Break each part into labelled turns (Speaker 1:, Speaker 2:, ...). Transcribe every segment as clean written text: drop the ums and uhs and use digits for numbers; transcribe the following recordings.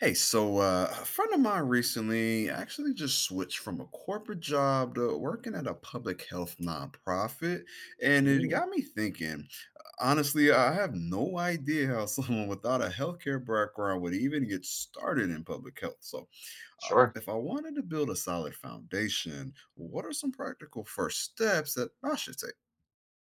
Speaker 1: Hey, a friend of mine recently actually just switched from a corporate job to working at a public health nonprofit, and it
Speaker 2: Mm,
Speaker 1: got me thinking. Honestly, I have no idea how someone without a healthcare background would even get started in public health.
Speaker 2: sure.
Speaker 1: If I wanted to build a solid foundation, what are some practical first steps that I should take?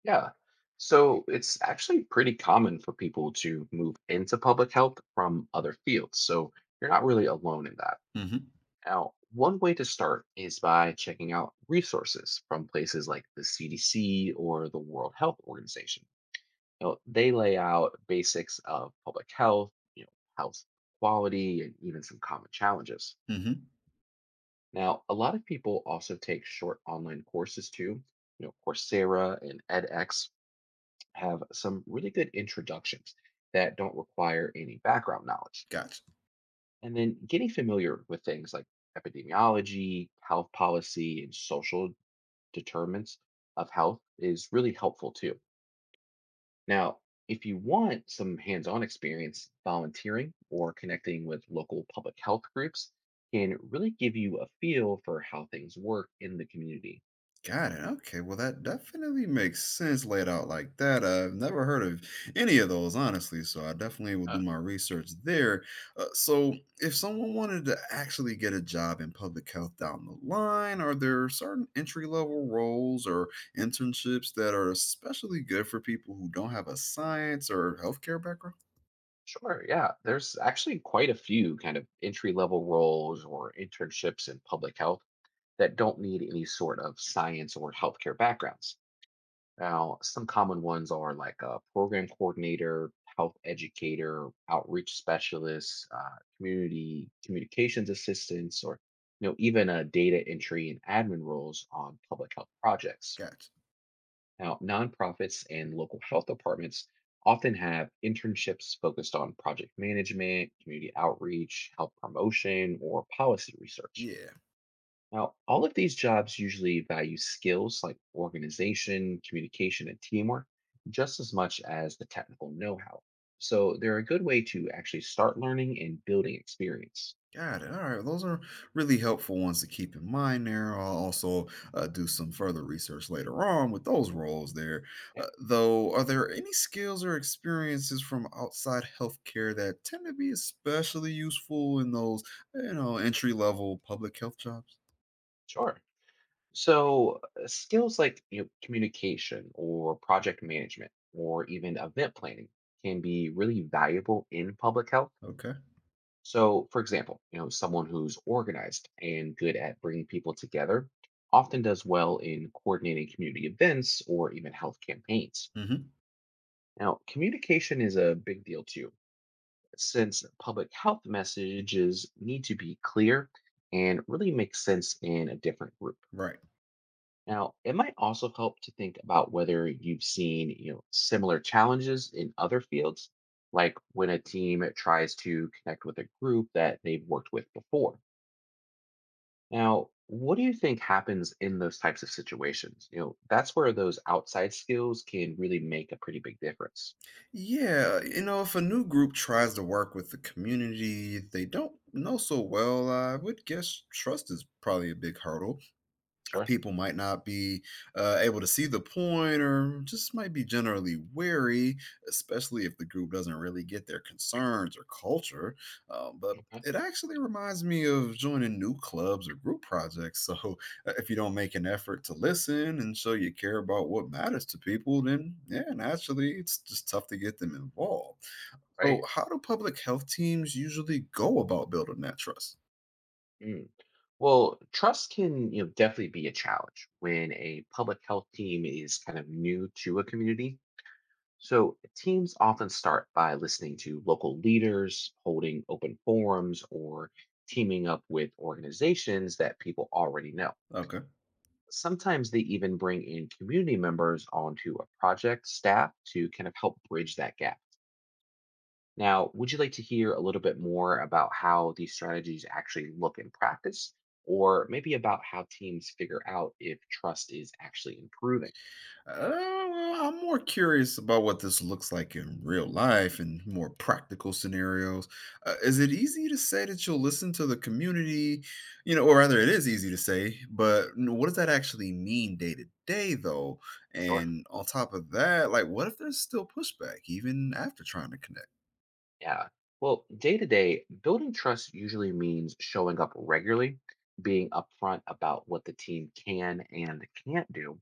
Speaker 2: Yeah. So it's actually pretty common for people to move into public health from other fields. So you're not really alone in that.
Speaker 1: Mm-hmm.
Speaker 2: Now, one way to start is by checking out resources from places like the CDC or the World Health Organization. You know, they lay out basics of public health, you know, health quality, and even some common challenges.
Speaker 1: Mm-hmm.
Speaker 2: Now, a lot of people also take short online courses too, you know, Coursera and edX have some really good introductions that don't require any background knowledge.
Speaker 1: Gotcha.
Speaker 2: And then getting familiar with things like epidemiology, health policy, and social determinants of health is really helpful too. Now, if you want some hands on experience, volunteering or connecting with local public health groups can really give you a feel for how things work in the community.
Speaker 1: Got it. Okay. Well, that definitely makes sense laid out like that. I've never heard of any of those, honestly. So I definitely will do my research there. Uh, so, if someone wanted to actually get a job in public health down the line, are there certain entry level roles or internships that are especially good for people who don't have a science or healthcare background?
Speaker 2: Sure. Yeah. There's actually quite a few kind of entry level roles or internships in public health that don't need any sort of science or healthcare backgrounds. Now, some common ones are like a program coordinator, health educator, outreach specialist, community communications assistants, or you know even a data entry and admin roles on public health projects.
Speaker 1: Gotcha.
Speaker 2: Now, nonprofits and local health departments often have internships focused on project management, community outreach, health promotion, or policy research.
Speaker 1: Yeah.
Speaker 2: Now, all of these jobs usually value skills like organization, communication, and teamwork just as much as the technical know how. So, they're a good way to actually start learning and building experience.
Speaker 1: Got it. All right. Those are really helpful ones to keep in mind there. I'll also do some further research later on with those roles there.
Speaker 2: Yeah,
Speaker 1: Though, are there any skills or experiences from outside healthcare that tend to be especially useful in those, you know, entry level public health jobs?
Speaker 2: sure. So, skills like you know, communication or project management or even event planning can be really valuable in public health.
Speaker 1: Okay.
Speaker 2: So, for example, you know, someone who's organized and good at bringing people together often does well in coordinating community events or even health campaigns.
Speaker 1: Hmm.
Speaker 2: Now, communication is a big deal too, since public health messages need to be clear and really make sense in a different group.
Speaker 1: Right.
Speaker 2: Now, it might also help to think about whether you've seen, you know, similar challenges in other fields, like when a team tries to connect with a group that they've worked with before. Now, what do you think happens in those types of situations? You know, that's where those outside skills can really make a pretty big difference.
Speaker 1: Yeah. You know, if a new group tries to work with the community they don't know so well, I would guess trust is probably a big hurdle.
Speaker 2: Sure.
Speaker 1: People might not be able to see the point or just might be generally wary, especially if the group doesn't really get their concerns or culture. But
Speaker 2: Okay.
Speaker 1: it actually reminds me of joining new clubs or group projects. So if you don't make an effort to listen and show you care about what matters to people, then yeah, naturally it's just tough to get them involved. So,
Speaker 2: Right.
Speaker 1: how do public health teams usually go about building that trust?
Speaker 2: Mm. Well, trust can, you know, definitely be a challenge when a public health team is kind of new to a community. So, teams often start by listening to local leaders, holding open forums, or teaming up with organizations that people already know.
Speaker 1: Okay.
Speaker 2: Sometimes they even bring in community members onto a project staff to kind of help bridge that gap. Now, would you like to hear a little bit more about how these strategies actually look in practice, or maybe about how teams figure out if trust is actually improving?
Speaker 1: Uh, well, I'm more curious about what this looks like in real life and more practical scenarios. Is it easy to say that you'll listen to the community, you know, or rather, it is easy to say, but what does that actually mean day to day, though?
Speaker 2: Sure.
Speaker 1: And on top of that, like, what if there's still pushback even after trying to connect?
Speaker 2: Yeah. Well, day to day, building trust usually means showing up regularly, being upfront about what the team can and can't do,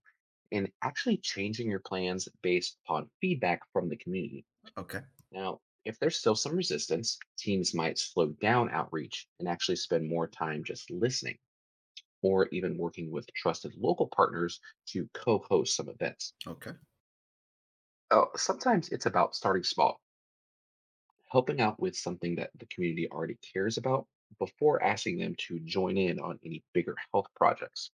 Speaker 2: and actually changing your plans based upon feedback from the community.
Speaker 1: Okay,
Speaker 2: Now, if there's still some resistance, teams might slow down outreach and actually spend more time just listening or even working with trusted local partners to co host some events.
Speaker 1: okay.
Speaker 2: Sometimes it's about starting small helping out with something that the community already cares about before asking them to join in on any bigger health projects.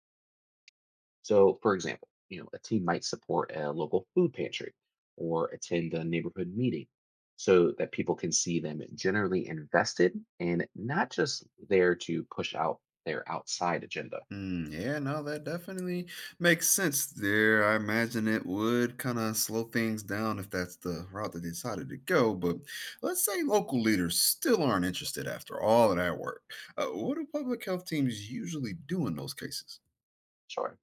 Speaker 2: So, for example, you know, a team might support a local food pantry or attend a neighborhood meeting so that people can see them generally invested and not just there to push out their outside agenda.
Speaker 1: Mm, yeah, no, that definitely makes sense there. I imagine it would kind of slow things down if that's the route they decided to go. But let's say local leaders still aren't interested after all of that work. What do public health teams usually do in those cases?
Speaker 2: Sure.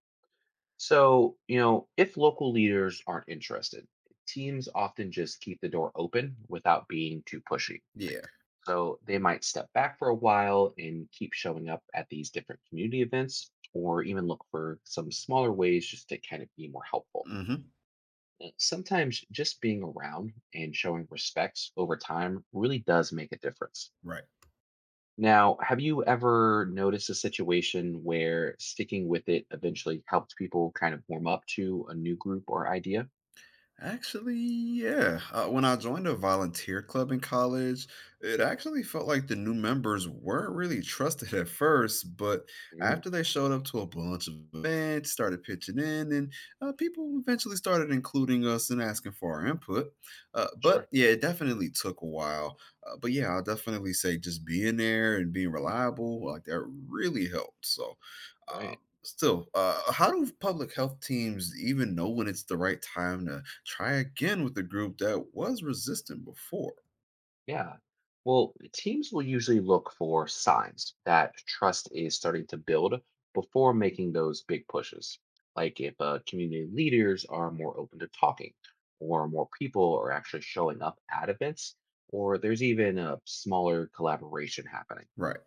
Speaker 2: So, you know, if local leaders aren't interested, teams often just keep the door open without being too pushy.
Speaker 1: Yeah.
Speaker 2: So they might step back for a while and keep showing up at these different community events, or even look for some smaller ways just to kind of be more helpful.
Speaker 1: Mm-hmm.
Speaker 2: Sometimes just being around and showing respect over time really does make a difference.
Speaker 1: Right.
Speaker 2: Now, have you ever noticed a situation where sticking with it eventually helped people kind of warm up to a new group or idea?
Speaker 1: Actually, yeah. When I joined a volunteer club in college, it actually felt like the new members weren't really trusted at first, but
Speaker 2: Mm,
Speaker 1: after they showed up to a bunch of events, started pitching in, and people eventually started including us and asking for our input. But
Speaker 2: sure.
Speaker 1: yeah, it definitely took a while. But yeah, I'll definitely say just being there and being reliable, like that really helped. So
Speaker 2: Right.
Speaker 1: um, still, uh, how do public health teams even know when it's the right time to try again with a group that was resistant before?
Speaker 2: Yeah. Well, teams will usually look for signs that trust is starting to build before making those big pushes. Like if community leaders are more open to talking, or more people are actually showing up at events, or there's even a smaller collaboration happening.
Speaker 1: Right.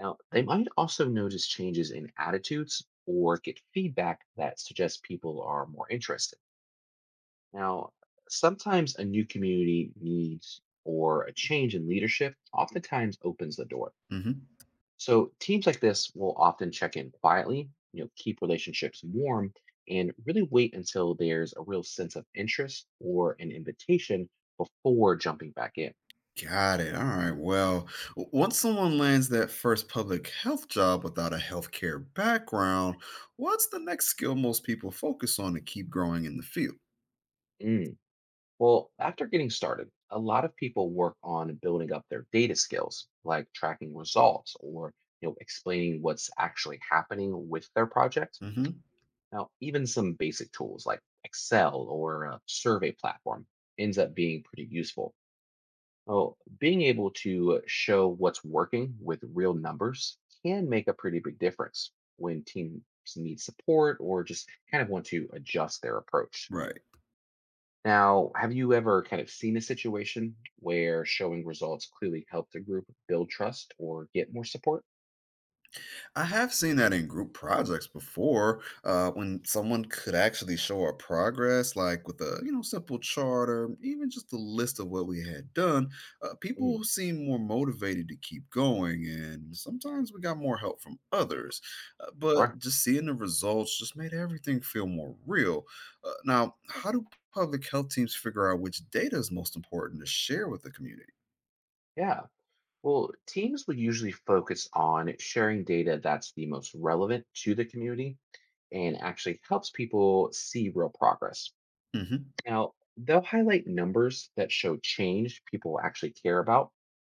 Speaker 2: Now, they might also notice changes in attitudes or get feedback that suggests people are more interested. Now, sometimes a new community needs or a change in leadership oftentimes opens the door.
Speaker 1: Hmm.
Speaker 2: So teams like this will often check in quietly, you know, keep relationships warm and really wait until there's a real sense of interest or an invitation before jumping back in.
Speaker 1: Got it. All right. Well, once someone lands that first public health job without a healthcare background, what's the next skill most people focus on to keep growing in the field?
Speaker 2: Mm. Well, after getting started, a lot of people work on building up their data skills, like tracking results or you know explaining what's actually happening with their project.
Speaker 1: Hmm.
Speaker 2: Now, even some basic tools like Excel or a survey platform ends up being pretty useful. Well, being able to show what's working with real numbers can make a pretty big difference when teams need support or just kind of want to adjust their approach.
Speaker 1: Right.
Speaker 2: Now, have you ever kind of seen a situation where showing results clearly helped a group build trust or get more support?
Speaker 1: I have seen that in group projects before, when someone could actually show our progress, like with a you know simple chart or even just a list of what we had done. People
Speaker 2: Mm,
Speaker 1: seem more motivated to keep going, and sometimes we got more help from others.
Speaker 2: sure.
Speaker 1: But just seeing the results just made everything feel more real. Now, how do public health teams figure out which data is most important to share with the community?
Speaker 2: Yeah. Well, teams will usually focus on sharing data that's the most relevant to the community and actually helps people see real progress.
Speaker 1: Hmm.
Speaker 2: Now, they'll highlight numbers that show change people actually care about,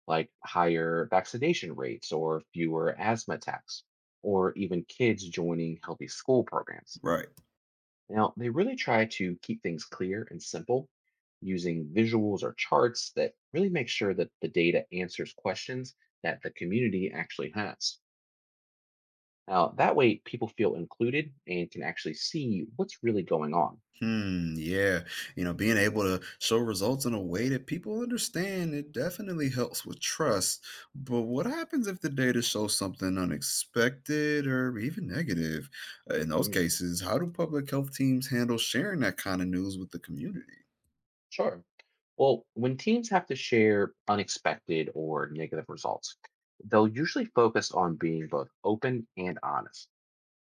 Speaker 2: like higher vaccination rates or fewer asthma attacks, or even kids joining healthy school programs.
Speaker 1: Right.
Speaker 2: Now, they really try to keep things clear and simple using visuals or charts that really make sure that the data answers questions that the community actually has. Now, that way people feel included and can actually see what's really going on.
Speaker 1: Hmm, yeah. You know, being able to show results in a way that people understand, it definitely helps with trust. But what happens if the data shows something unexpected or even negative? In those
Speaker 2: Mm,
Speaker 1: cases, how do public health teams handle sharing that kind of news with the community?
Speaker 2: sure. Well, when teams have to share unexpected or negative results, they'll usually focus on being both open and honest.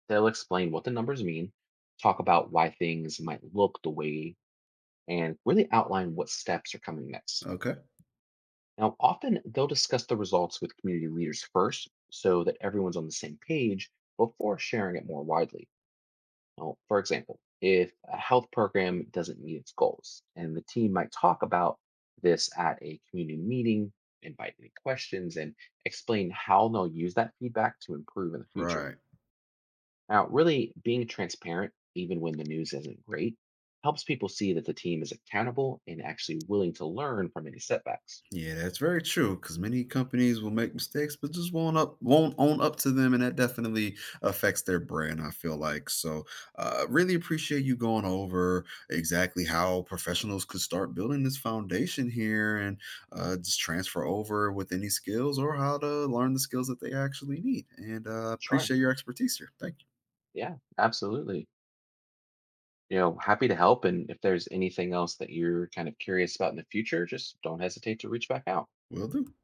Speaker 2: They'll explain what the numbers mean, talk about why things might look the way and really outline what steps are coming next.
Speaker 1: Okay.
Speaker 2: Now, often they'll discuss the results with community leaders first so that everyone's on the same page before sharing it more widely. Now, for example, if a health program doesn't meet its goals, and the team might talk about this at a community meeting, invite any questions, and explain how they'll use that feedback to improve in the future.
Speaker 1: Right.
Speaker 2: Now, really being transparent, even when the news isn't great, helps people see that the team is accountable and actually willing to learn from any setbacks.
Speaker 1: Yeah, that's very true. Because many companies will make mistakes, but just won't own up to them, and that definitely affects their brand. I feel like so. Really appreciate you going over exactly how professionals could start building this foundation here, and just transfer over with any skills or how to learn the skills that they actually need. And
Speaker 2: Sure.
Speaker 1: appreciate your expertise here. Thank you.
Speaker 2: Yeah, absolutely. You know, happy to help. And if there's anything else that you're kind of curious about in the future, just don't hesitate to reach back out.
Speaker 1: Will do.